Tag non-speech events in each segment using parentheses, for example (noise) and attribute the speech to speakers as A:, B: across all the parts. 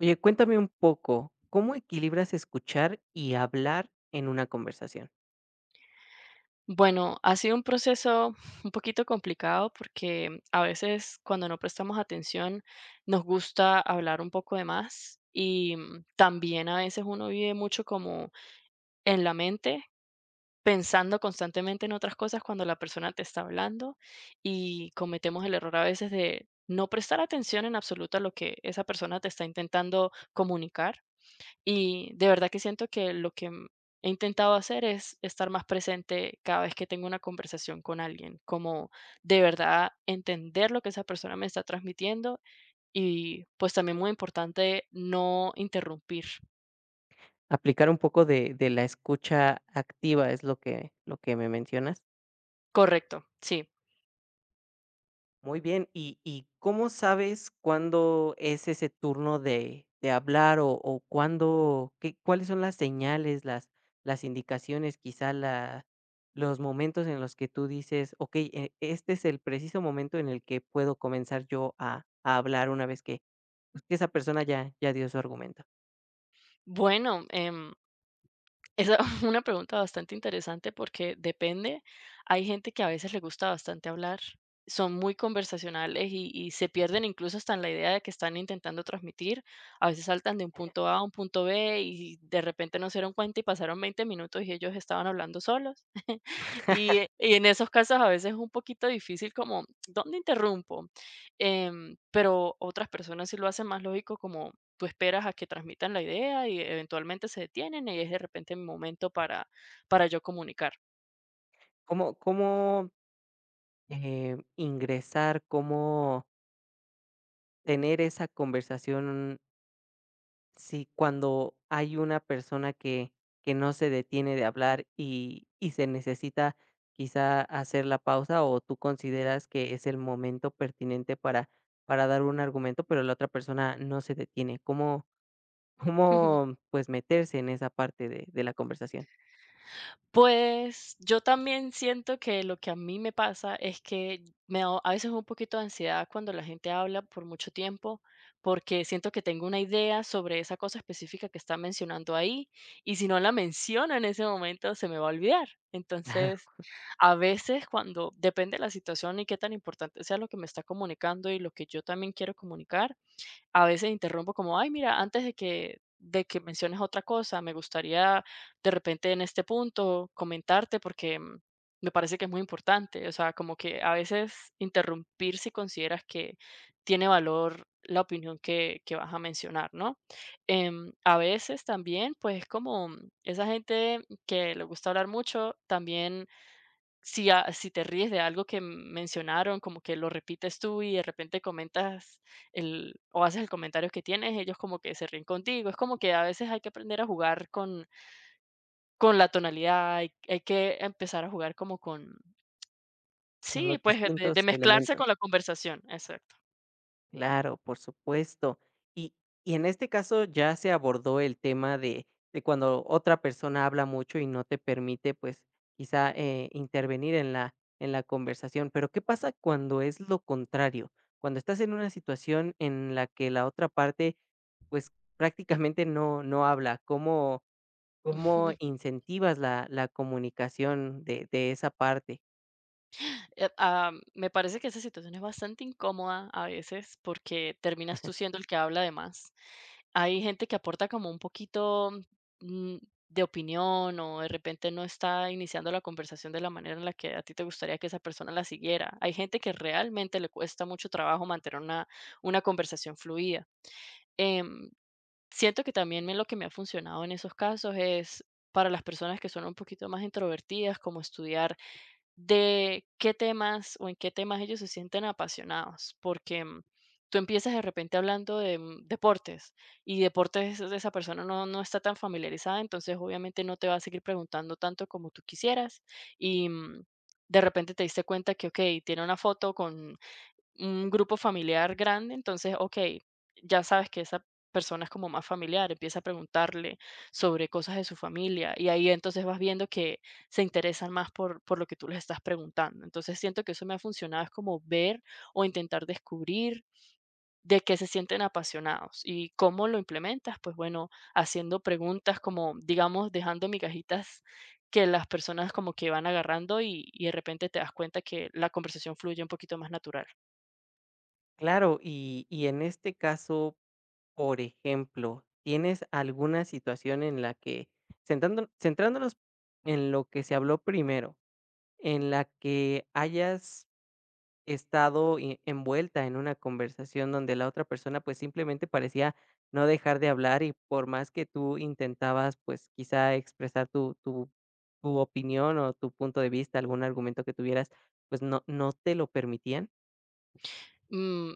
A: Oye, cuéntame un poco, ¿cómo equilibras escuchar y hablar en una conversación?
B: Bueno, ha sido un proceso un poquito complicado porque a veces cuando no prestamos atención nos gusta hablar un poco de más y también a veces uno vive mucho como en la mente, pensando constantemente en otras cosas cuando la persona te está hablando y cometemos el error a veces de no prestar atención en absoluto a lo que esa persona te está intentando comunicar y de verdad que siento que lo que he intentado hacer es estar más presente cada vez que tengo una conversación con alguien, como de verdad entender lo que esa persona me está transmitiendo y pues también muy importante no interrumpir.
A: Aplicar un poco de la escucha activa es lo que me mencionas.
B: Correcto, sí.
A: Muy bien, ¿y cómo sabes cuándo es ese turno de hablar o cuándo qué cuáles son las señales, las indicaciones, quizá la los momentos en los que tú dices: "Okey, este es el preciso momento en el que puedo comenzar yo a hablar", una vez que, pues, que esa persona ya dio su argumento?
B: Bueno, es (laughs) una pregunta bastante interesante porque depende. Hay gente que a veces le gusta bastante hablar, son muy conversacionales y se pierden incluso hasta en la idea de que están intentando transmitir. A veces saltan de un punto A a un punto B y de repente no se dieron cuenta y pasaron 20 minutos y ellos estaban hablando solos. (laughs) Y y en esos casos a veces es un poquito difícil como, ¿dónde interrumpo? Pero otras personas sí lo hacen más lógico como tú esperas a que transmitan la idea y eventualmente se detienen y es de repente mi momento para, yo comunicar.
A: ¿Cómo, ingresar, cómo tener esa conversación? Sí, cuando hay una persona que no se detiene de hablar y se necesita quizá hacer la pausa, o tú consideras que es el momento pertinente para dar un argumento, pero la otra persona no se detiene. ¿Cómo (laughs)
B: (laughs) Ujú.
A: cómo, pues, meterse en esa parte de la conversación? (laughs)
B: Pues yo también siento que lo que a mí me pasa es que me da a veces un poquito de ansiedad cuando la gente habla por mucho tiempo, porque siento que tengo una idea sobre esa cosa específica que está mencionando ahí y si no la menciono en ese momento se me va a olvidar.
A: Claro.
B: Entonces, a veces cuando depende de la situación y qué tan importante sea lo que me está comunicando y lo que yo también quiero comunicar, a veces interrumpo como, ay, mira, antes de que, menciones otra cosa, me gustaría de repente en este punto comentarte porque me parece que es muy importante. O sea, como que a veces interrumpir si consideras que tiene valor la opinión que vas a mencionar, ¿no? A veces también, pues como esa gente que le gusta hablar mucho, también si, si te ríes de algo que mencionaron, como que lo repites tú y de repente comentas el, o haces el comentario que tienes, ellos como que se ríen contigo. Es como que a veces hay que aprender a jugar con, la tonalidad, hay que empezar a jugar como con,
A: Con
B: sí,
A: los
B: pues de,
A: distintos
B: mezclarse con
A: elementos.
B: la conversación, exacto.
A: Claro, por supuesto. Y, y en este caso ya se abordó el tema de cuando otra persona habla mucho y no te permite, pues, quizá intervenir en la conversación. Pero ¿qué pasa cuando es lo contrario? Cuando estás en una situación en la que la otra parte, pues, prácticamente no, no habla. ¿Cómo, cómo
B: (laughs)
A: incentivas la, la comunicación de esa parte?
B: Am, me parece que esa situación es bastante incómoda a veces porque terminas tú siendo el que habla de más. Hay gente que aporta como un poquito mm, de opinión o de repente no está iniciando la conversación de la manera en la que a ti te gustaría que esa persona la siguiera. Hay gente que realmente le cuesta mucho trabajo mantener una, conversación fluida. Em, Siento que también lo que me ha funcionado en esos casos es para las personas que son un poquito más introvertidas, como estudiar de qué temas o en qué temas ellos se sienten apasionados, porque tú empiezas de repente hablando de deportes y deportes de esa persona no, no está tan familiarizada, entonces obviamente no te va a seguir preguntando tanto como tú quisieras y de repente te diste cuenta que, ok, tiene una foto con un grupo familiar grande, entonces, ok, ya sabes que esa persona es como más familiar, empieza a preguntarle sobre cosas de su familia y ahí entonces vas viendo que se interesan más por, lo que tú les estás preguntando. Entonces siento que eso me ha funcionado, es como ver o intentar descubrir de qué se sienten apasionados y cómo lo implementas, pues bueno, haciendo preguntas como, digamos, dejando migajitas que las personas como que van agarrando y de repente te das cuenta que la conversación fluye un poquito más natural.
A: Claro, y en este caso, por ejemplo, ¿tienes alguna situación en la que, centrándonos en lo que se habló primero, en la que hayas estado envuelta en una conversación donde la otra persona pues simplemente parecía no dejar de hablar y por más que tú intentabas pues quizá expresar tu, tu, tu opinión o tu punto de vista, algún argumento que tuvieras, pues no, no te lo permitían?
B: Mm,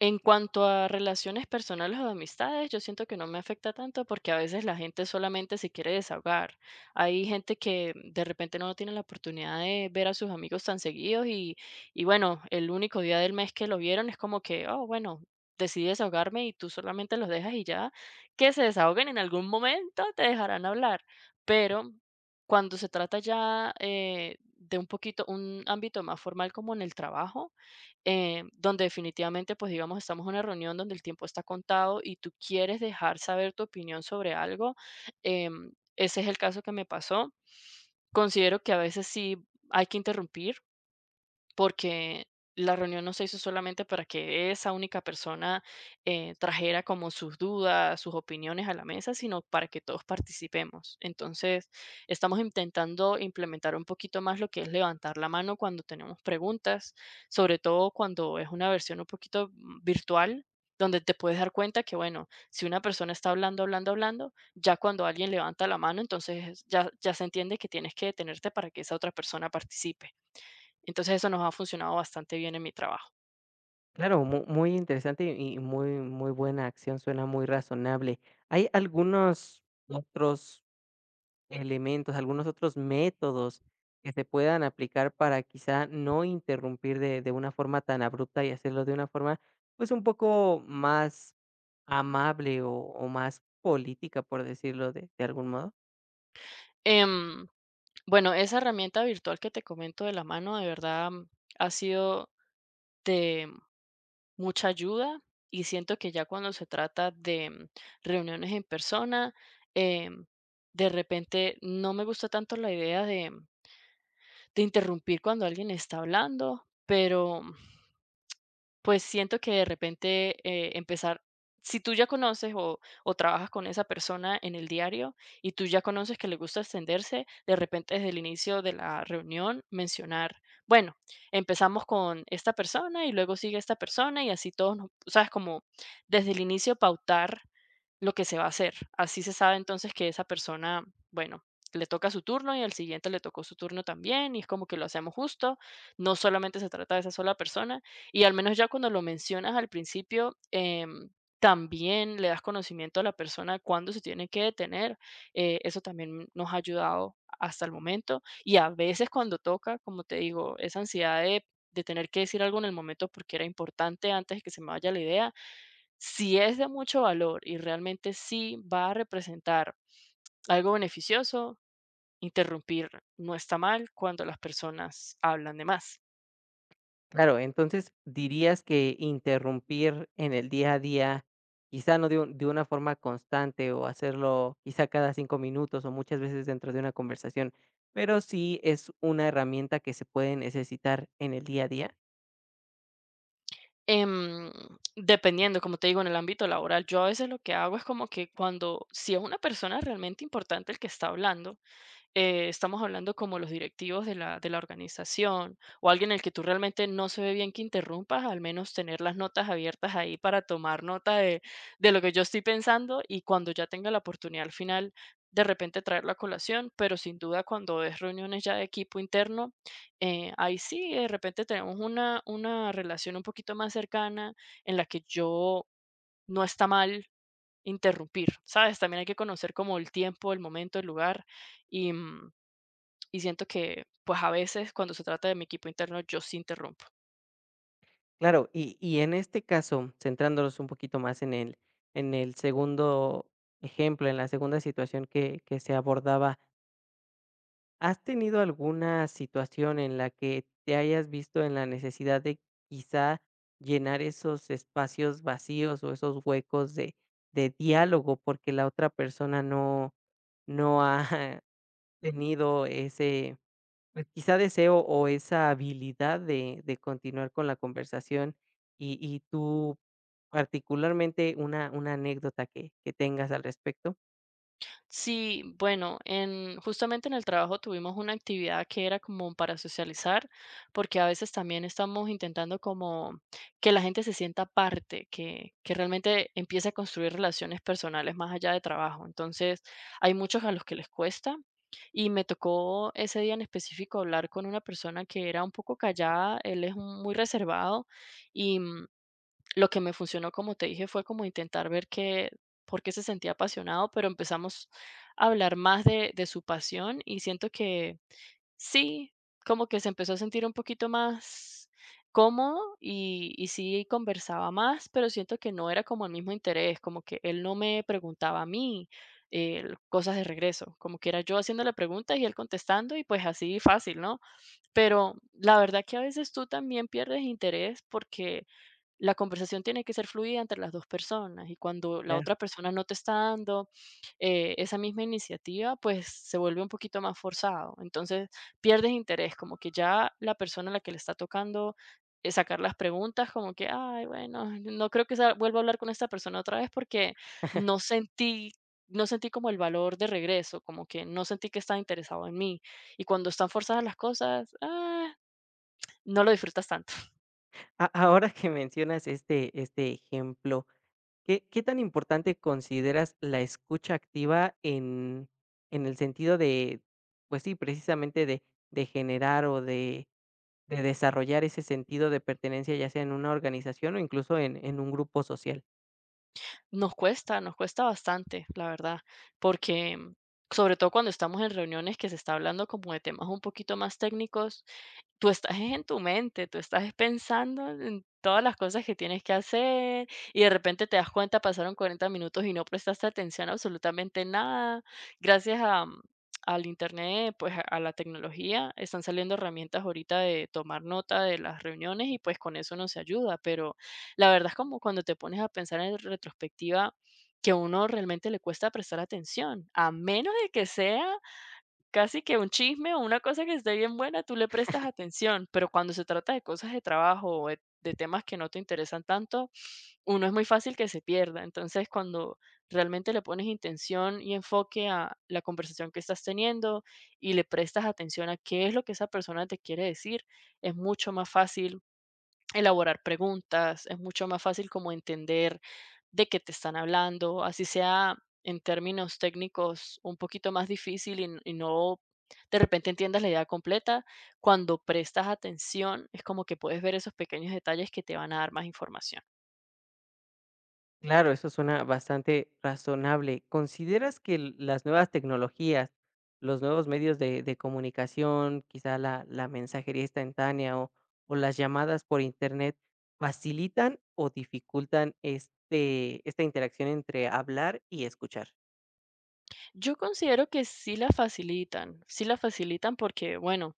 B: En cuanto a relaciones personales o de amistades, yo siento que no me afecta tanto porque a veces la gente solamente se quiere desahogar. Hay gente que de repente no tiene la oportunidad de ver a sus amigos tan seguidos y bueno, el único día del mes que lo vieron es como que, oh, bueno, decidí desahogarme y tú solamente los dejas y ya, que se desahoguen en algún momento, te dejarán hablar. Pero cuando se trata ya de un poquito, un ámbito más formal como en el trabajo, donde definitivamente, pues digamos, estamos en una reunión donde el tiempo está contado y tú quieres dejar saber tu opinión sobre algo. Em, ese es el caso que me pasó. Considero que a veces sí hay que interrumpir porque la reunión no se hizo solamente para que esa única persona trajera como sus dudas, sus opiniones a la mesa, sino para que todos participemos. Entonces, estamos intentando implementar un poquito más lo que es levantar la mano cuando tenemos preguntas, sobre todo cuando es una versión un poquito virtual, donde te puedes dar cuenta que, bueno, si una persona está hablando, hablando, hablando, ya cuando alguien levanta la mano, entonces ya, ya se entiende que tienes que detenerte para que esa otra persona participe. Entonces eso nos ha funcionado bastante bien en mi trabajo.
A: Claro, muy interesante y muy, muy buena acción, suena muy razonable. ¿Hay algunos otros elementos, algunos otros métodos que se puedan aplicar para quizá no interrumpir de una forma tan abrupta y hacerlo de una forma pues un poco más amable o más política, por decirlo de algún modo?
B: Em, bueno, esa herramienta virtual que te comento de la mano, de verdad, ha sido de mucha ayuda y siento que ya cuando se trata de reuniones en persona, em, de repente no me gusta tanto la idea de, de interrumpir cuando alguien está hablando, pero pues siento que de repente, empezar si tú ya conoces o trabajas con esa persona en el diario y tú ya conoces que le gusta extenderse, de repente desde el inicio de la reunión mencionar, bueno, empezamos con esta persona y luego sigue esta persona y así todos nos, sabes, como desde el inicio pautar lo que se va a hacer. Así se sabe entonces que esa persona, bueno, le toca su turno y al siguiente le tocó su turno también, y es como que lo hacemos justo, no solamente se trata de esa sola persona, y al menos ya cuando lo mencionas al principio, también le das conocimiento a la persona cuándo se tiene que detener, eso también nos ha ayudado hasta el momento, y a veces cuando toca, como te digo, esa ansiedad de tener que decir algo en el momento porque era importante antes de que se me vaya la idea, si es de mucho valor y realmente sí va a representar algo beneficioso, interrumpir no está mal cuando las personas hablan de más.
A: Claro, entonces, ¿dirías que interrumpir en el día a día, quizá no de un de una forma constante o hacerlo quizá cada 5 minutos o muchas veces dentro de una conversación, pero sí es una herramienta que se puede necesitar en el día a día?
B: Em, Dependiendo, como te digo, en el ámbito laboral, yo a veces lo que hago es como que cuando, si es una persona realmente importante el que está hablando, estamos hablando como los directivos de la, organización o alguien el que tú realmente no se ve bien que interrumpas, al menos tener las notas abiertas ahí para tomar nota de, lo que yo estoy pensando y cuando ya tenga la oportunidad al final, de repente traer la colación, pero sin duda cuando es reuniones ya de equipo interno, ahí sí, de repente tenemos una, relación un poquito más cercana en la que yo no está mal interrumpir, ¿sabes? También hay que conocer como el tiempo, el momento, el lugar y, mm, y siento que, pues a veces cuando se trata de mi equipo interno, yo sí interrumpo.
A: Claro, y en este caso, centrándonos un poquito más en el segundo ejemplo, en la segunda situación que se abordaba, ¿has tenido alguna situación en la que te hayas visto en la necesidad de quizá llenar esos espacios vacíos o esos huecos de diálogo porque la otra persona no, no ha (laughs) tenido ese pues, quizá deseo o esa habilidad de continuar con la conversación y tú particularmente una anécdota que tengas al respecto?
B: Sí, bueno, en, justamente en el trabajo tuvimos una actividad que era como para socializar, porque a veces también estamos intentando como que la gente se sienta parte, que realmente empiece a construir relaciones personales más allá de trabajo. Entonces, hay muchos a los que les cuesta. Y me tocó ese día en específico hablar con una persona que era un poco callada, él es muy reservado. Lo que me funcionó, como te dije, fue como intentar ver qué por qué se sentía apasionado, pero empezamos a hablar más de su pasión, y siento que sí, como que se empezó a sentir un poquito más cómodo, y sí conversaba más, pero siento que no era como el mismo interés, como que él no me preguntaba a mí, cosas de regreso, como que era yo haciéndole preguntas y él contestando, y pues así fácil, ¿no? Pero la verdad que a veces tú también pierdes interés porque la conversación tiene que ser fluida entre las 2 personas, y cuando la
A: Claro.
B: otra persona no te está dando, esa misma iniciativa, pues, se vuelve un poquito más forzado. Entonces, pierdes interés, como que ya la persona a la que le está tocando, sacar las preguntas, como que: "Ay, bueno, no creo que sa vuelva a hablar con esta persona otra vez porque no sentí no sentí como el valor de regreso, como que no sentí que estaba interesado en mí". Y cuando están forzadas las cosas, no lo disfrutas tanto.
A: Ahora que mencionas este, este ejemplo, ¿qué qué tan importante consideras la escucha activa en el sentido de, pues sí, precisamente de generar o de desarrollar ese sentido de pertenencia, ya sea en una organización o incluso en un grupo social?
B: Nos cuesta bastante, la verdad, porque sobre todo cuando estamos en reuniones que se está hablando como de temas un poquito más técnicos, tú estás es en tu mente, tú estás es pensando en todas las cosas que tienes que hacer y de repente te das cuenta, pasaron 40 minutos y no prestaste atención a absolutamente nada. Gracias a, al internet, pues a la tecnología, están saliendo herramientas ahorita de tomar nota de las reuniones y pues con eso nos ayuda, pero la verdad es como cuando te pones a pensar en retrospectiva que a uno realmente le cuesta prestar atención, a menos de que sea casi que un chisme o una cosa que esté bien buena, tú le prestas atención, pero cuando se trata de cosas de trabajo o de, temas que no te interesan tanto, uno es muy fácil que se pierda. Entonces, cuando realmente le pones intención y enfoque a la conversación que estás teniendo y le prestas atención a qué es lo que esa persona te quiere decir, es mucho más fácil elaborar preguntas, es mucho más fácil como entender de qué te están hablando, así sea en términos técnicos un poquito más difícil y no de repente entiendas la idea completa, cuando prestas atención es como que puedes ver esos pequeños detalles que te van a dar más información.
A: Claro, eso suena bastante razonable. ¿Consideras que las nuevas tecnologías, los nuevos medios de comunicación, quizá la, la mensajería instantánea o las llamadas por internet, facilitan o dificultan este, esta interacción entre hablar y escuchar?
B: Yo considero que sí la facilitan porque, bueno,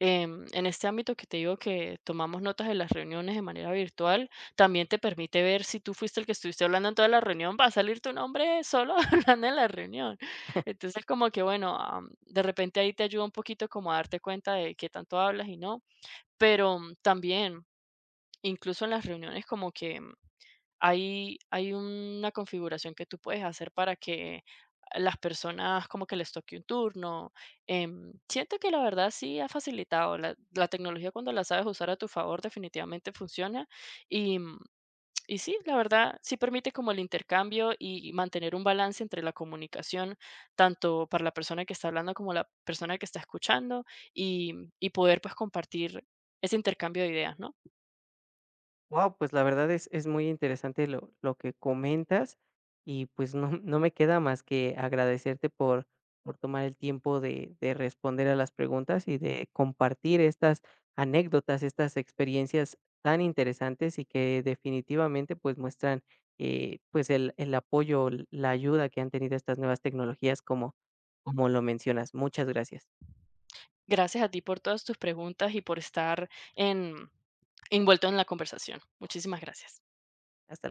B: en este ámbito que te digo que tomamos notas de las reuniones de manera virtual, también te permite ver si tú fuiste el que estuviste hablando en toda la reunión, va a salir tu nombre solo (laughs) hablando en la reunión. Entonces, como que, bueno, de repente ahí te ayuda un poquito como a darte cuenta de qué tanto hablas y no, pero también, incluso en las reuniones como que hay una configuración que tú puedes hacer para que las personas como que les toque un turno. Siento que la verdad sí ha facilitado. La tecnología cuando la sabes usar a tu favor definitivamente funciona y, mm, y sí, la verdad sí permite como el intercambio y mantener un balance entre la comunicación, tanto para la persona que está hablando como la persona que está escuchando y, y poder pues compartir ese intercambio de ideas, ¿no?
A: Wow, pues la verdad es muy interesante lo que comentas y pues no (laughs) no me queda más que agradecerte por tomar el tiempo de responder a las preguntas y de compartir estas anécdotas, estas experiencias tan interesantes y que definitivamente pues muestran, pues el apoyo, la ayuda que han tenido estas nuevas tecnologías como como lo mencionas. Muchas gracias.
B: Gracias a ti por todas tus preguntas y por estar en envuelto en la conversación. Muchísimas gracias.
A: Hasta